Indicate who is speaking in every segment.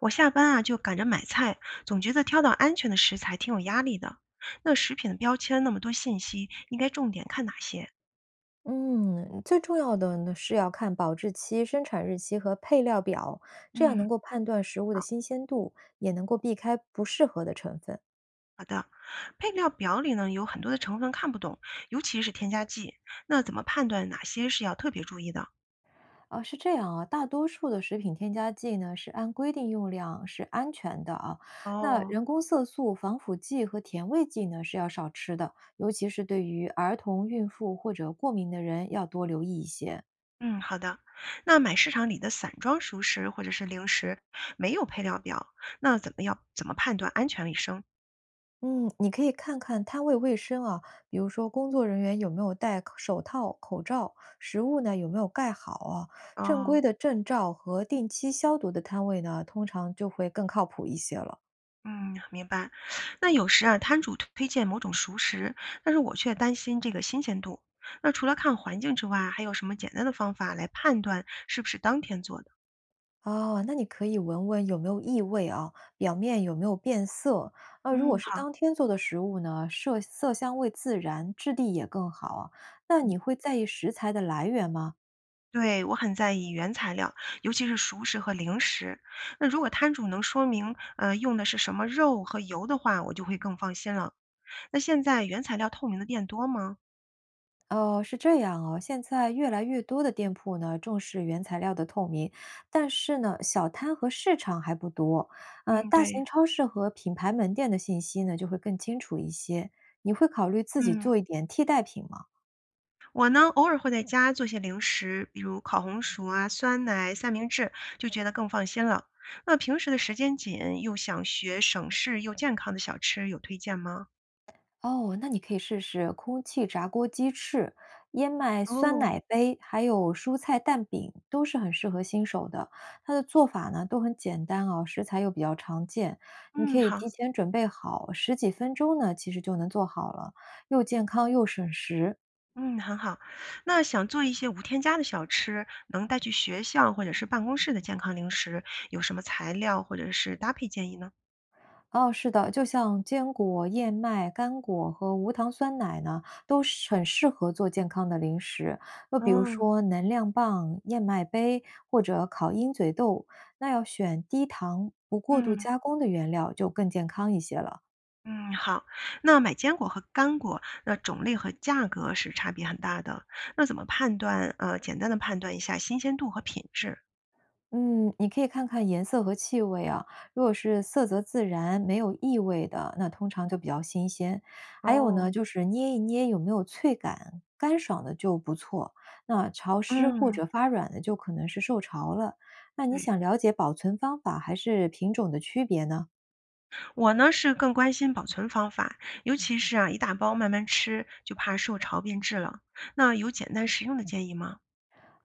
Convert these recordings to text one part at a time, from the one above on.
Speaker 1: 我下班啊就赶着买菜，总觉得挑到安全的食材挺有压力的。那食品的标签那么多信息，应该重点看哪些？
Speaker 2: 嗯，最重要的呢是要看保质期、生产日期和配料表，这样
Speaker 1: 嗯，
Speaker 2: 能够判断食物的新鲜度，也能够避开不适合的成分。
Speaker 1: 好的。配料表里呢有很多的成分看不懂，尤其是添加剂。那怎么判断哪些是要特别注意的？
Speaker 2: 啊，是这样啊，大多数的食品添加剂呢是按规定用量，是安全的啊。那
Speaker 1: 哦，
Speaker 2: 人工色素、防腐剂和甜味剂呢是要少吃的，尤其是对于儿童、孕妇或者过敏的人要多留意一些。
Speaker 1: 嗯，好的。那买市场里的散装熟食或者是零食，没有配料表，那怎么判断安全卫生？
Speaker 2: 嗯，你可以看看摊位卫生啊，比如说工作人员有没有戴口手套、口罩，食物呢有没有盖好啊？正
Speaker 1: 哦。
Speaker 2: 规的证照和定期消毒的摊位呢，通常就会更靠谱一些了。
Speaker 1: 嗯，明白。那有时啊，摊主推荐某种熟食，但是我却担心这个新鲜度。那除了看环境之外，还有什么简单的方法来判断是不是当天做的？
Speaker 2: 哦，那你可以闻闻有没有异味啊，表面有没有变色啊？如果
Speaker 1: 嗯，
Speaker 2: 是
Speaker 1: 好，
Speaker 2: 当天做的食物呢，色色香味自然，质地也更好啊。那
Speaker 1: 嗯
Speaker 2: 你会在意食材的来源吗？
Speaker 1: 对，我很在意原材料，尤其是熟食和零食。那如果摊主能说明，用的是什么肉和油的话，我就会更放心了。那现在原材料透明的店多吗？
Speaker 2: 哦，是这样哦。现在越来越多的店铺呢，重视原材料的透明，但是呢，小摊和市场还不多。嗯，
Speaker 1: 嗯，
Speaker 2: 大
Speaker 1: 对，
Speaker 2: 型超市和品牌门店的信息呢，就会更清楚一些。你会考虑自己
Speaker 1: 嗯。
Speaker 2: 做一点替代品吗？
Speaker 1: 我呢，偶尔会在家做些零食，比如烤红薯啊、酸奶、三明治，就觉得更放心了。那平时的时间紧，又想学省事又健康的小吃，有推荐吗？
Speaker 2: 哦，那你可以试试空气炸锅鸡翅、燕麦酸
Speaker 1: 哦，
Speaker 2: 奶杯，还有蔬菜蛋饼，都是很适合新手的。它的做法呢都很简单哦，食材又比较常见，你可
Speaker 1: 嗯，
Speaker 2: 以
Speaker 1: 好，
Speaker 2: 提前准备好，十几分钟呢其实就能做好了，又健康又省时。
Speaker 1: 嗯，很好。那想做一些无添加的小吃，能带去学校或者是办公室的健康零食，有什么材料或者是搭配建议呢？
Speaker 2: 哦，是的，就像坚果、燕麦、干果和无糖酸奶呢，都是很适合做健康的零食。又比如
Speaker 1: 嗯
Speaker 2: 说能量棒、燕麦杯或者烤鹰嘴豆，那要选低糖、不过度
Speaker 1: 嗯。
Speaker 2: 加工的原料，就更健康一些了。
Speaker 1: 嗯，好。那买坚果和干果，那种类和价格是差别很大的。那怎么判断？简单的判断一下新鲜度和品质。
Speaker 2: 嗯，你可以看看颜色和气味啊。如果是色泽自然、没有异味的，那通常就比较新鲜。还有
Speaker 1: 哦，
Speaker 2: 呢，就是捏一捏有没有脆感，干爽的就不错。那潮湿或
Speaker 1: 嗯，
Speaker 2: 者发软的就可能是受潮了。那你
Speaker 1: 对，
Speaker 2: 想了解保存方法还是品种的区别呢？
Speaker 1: 我呢是更关心保存方法，尤其是啊一大包慢慢吃，就怕受潮变质了。那有简单实用的建议吗？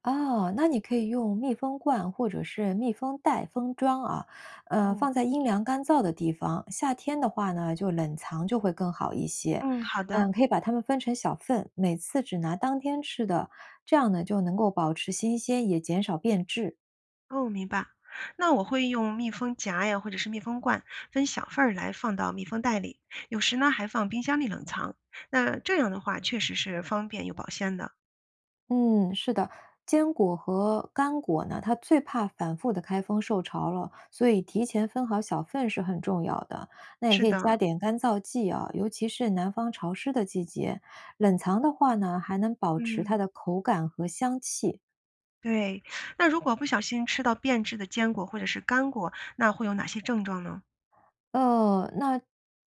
Speaker 2: 哦，那你可以用密封罐或者是密封袋封装啊，
Speaker 1: 哦，
Speaker 2: 放在阴凉干燥的地方。夏天的话呢，就冷藏就会更好一些。
Speaker 1: 嗯，好的。
Speaker 2: 嗯，可以把它们分成小份，每次只拿当天吃的，这样呢就能够保持新鲜，也减少变质。
Speaker 1: 哦，明白。那我会用密封夹呀，或者是密封罐，分小份儿来放到密封袋里，有时呢还放冰箱里冷藏。那这样的话，确实是方便又保鲜的。
Speaker 2: 嗯，是的，坚果和干果呢，它最怕反复的开封受潮了，所以提前分好小份是很重要的。那也
Speaker 1: 是
Speaker 2: 可以
Speaker 1: 的，
Speaker 2: 加点干燥剂啊，尤其是南方潮湿的季节，冷藏的话呢，还能保持
Speaker 1: 嗯，
Speaker 2: 它的口感和香气。
Speaker 1: 对。那如果不小心吃到变质的坚果或者是干果，那会有哪些症状呢？
Speaker 2: 呃，那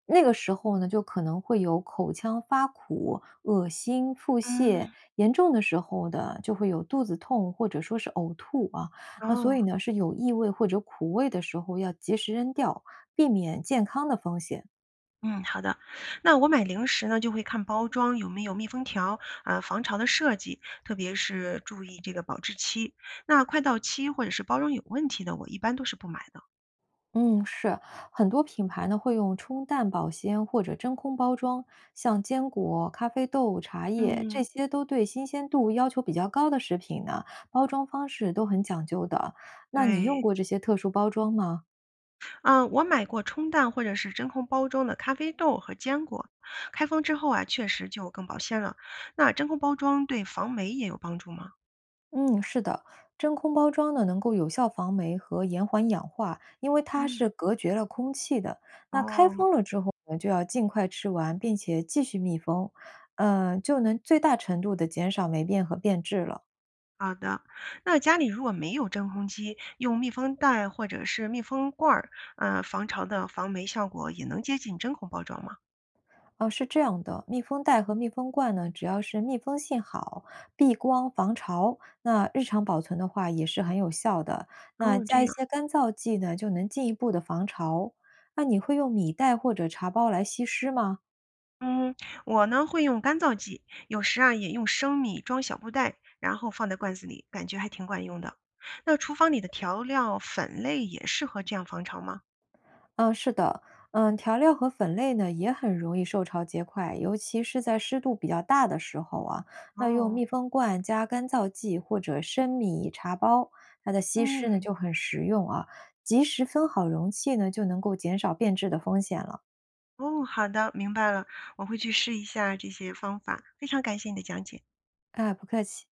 Speaker 2: 那个时候呢，就可能会有口腔发苦、恶心、腹泻，
Speaker 1: 嗯，
Speaker 2: 严重的时候的就会有肚子痛或者说是呕吐啊。那所以
Speaker 1: 哦。
Speaker 2: 呢，是有异味或者苦味的时候要及时扔掉，避免健康的风险。
Speaker 1: 嗯，好的。那我买零食呢，就会看包装有没有密封条啊，防潮的设计，特别是注意这个保质期。那快到期或者是包装有问题的，我一般都是不买的。
Speaker 2: 嗯，是，很多品牌呢会用冲淡保鲜或者真空包装，像坚果、咖啡豆、茶叶这
Speaker 1: 嗯，
Speaker 2: 些都对新鲜度要求比较高的食品呢，包装方式都很讲究的。那你用
Speaker 1: 对，
Speaker 2: 过这些特殊包装吗？
Speaker 1: 嗯，我买过冲淡或者是真空包装的咖啡豆和坚果，开封之后啊，确实就更保鲜了。那真空包装对防霉也有帮助吗？
Speaker 2: 嗯，是的，真空包装呢能够有效防霉和延缓氧化，因为它
Speaker 1: 嗯，
Speaker 2: 是隔绝了空气的。那开封
Speaker 1: 哦。
Speaker 2: 了之后呢，就要尽快吃完，并且继续密封，嗯、就能最大程度的减少霉变和变质了。
Speaker 1: 好的，那家里如果没有真空机，用密封袋或者是密封罐儿，防潮的防霉效果也能接近真空包装吗？
Speaker 2: 哦，是这样的，密封袋和密封罐呢，只要是密封性好、避光防潮，那日常保存的话也是很有效的。那
Speaker 1: 哦，这
Speaker 2: 加一
Speaker 1: 样，
Speaker 2: 些干燥剂呢，就能进一步的防潮。那你会用米袋或者茶包来吸湿吗？
Speaker 1: 嗯，我呢会用干燥剂，有时啊也用生米装小布袋，然后放在罐子里，感觉还挺管用的。那厨房里的调料粉类也适合这样防潮吗？
Speaker 2: 嗯，是的，嗯，调料和粉类呢也很容易受潮结块，尤其是在湿度比较大的时候啊，那用
Speaker 1: 哦，
Speaker 2: 密封罐加干燥剂或者生米茶包，它的稀释呢
Speaker 1: 嗯，
Speaker 2: 就很实用啊，及时分好容器呢就能够减少变质的风险了。
Speaker 1: 哦，好的，明白了，我会去试一下这些方法，非常感谢你的讲解。
Speaker 2: 哎，不客气。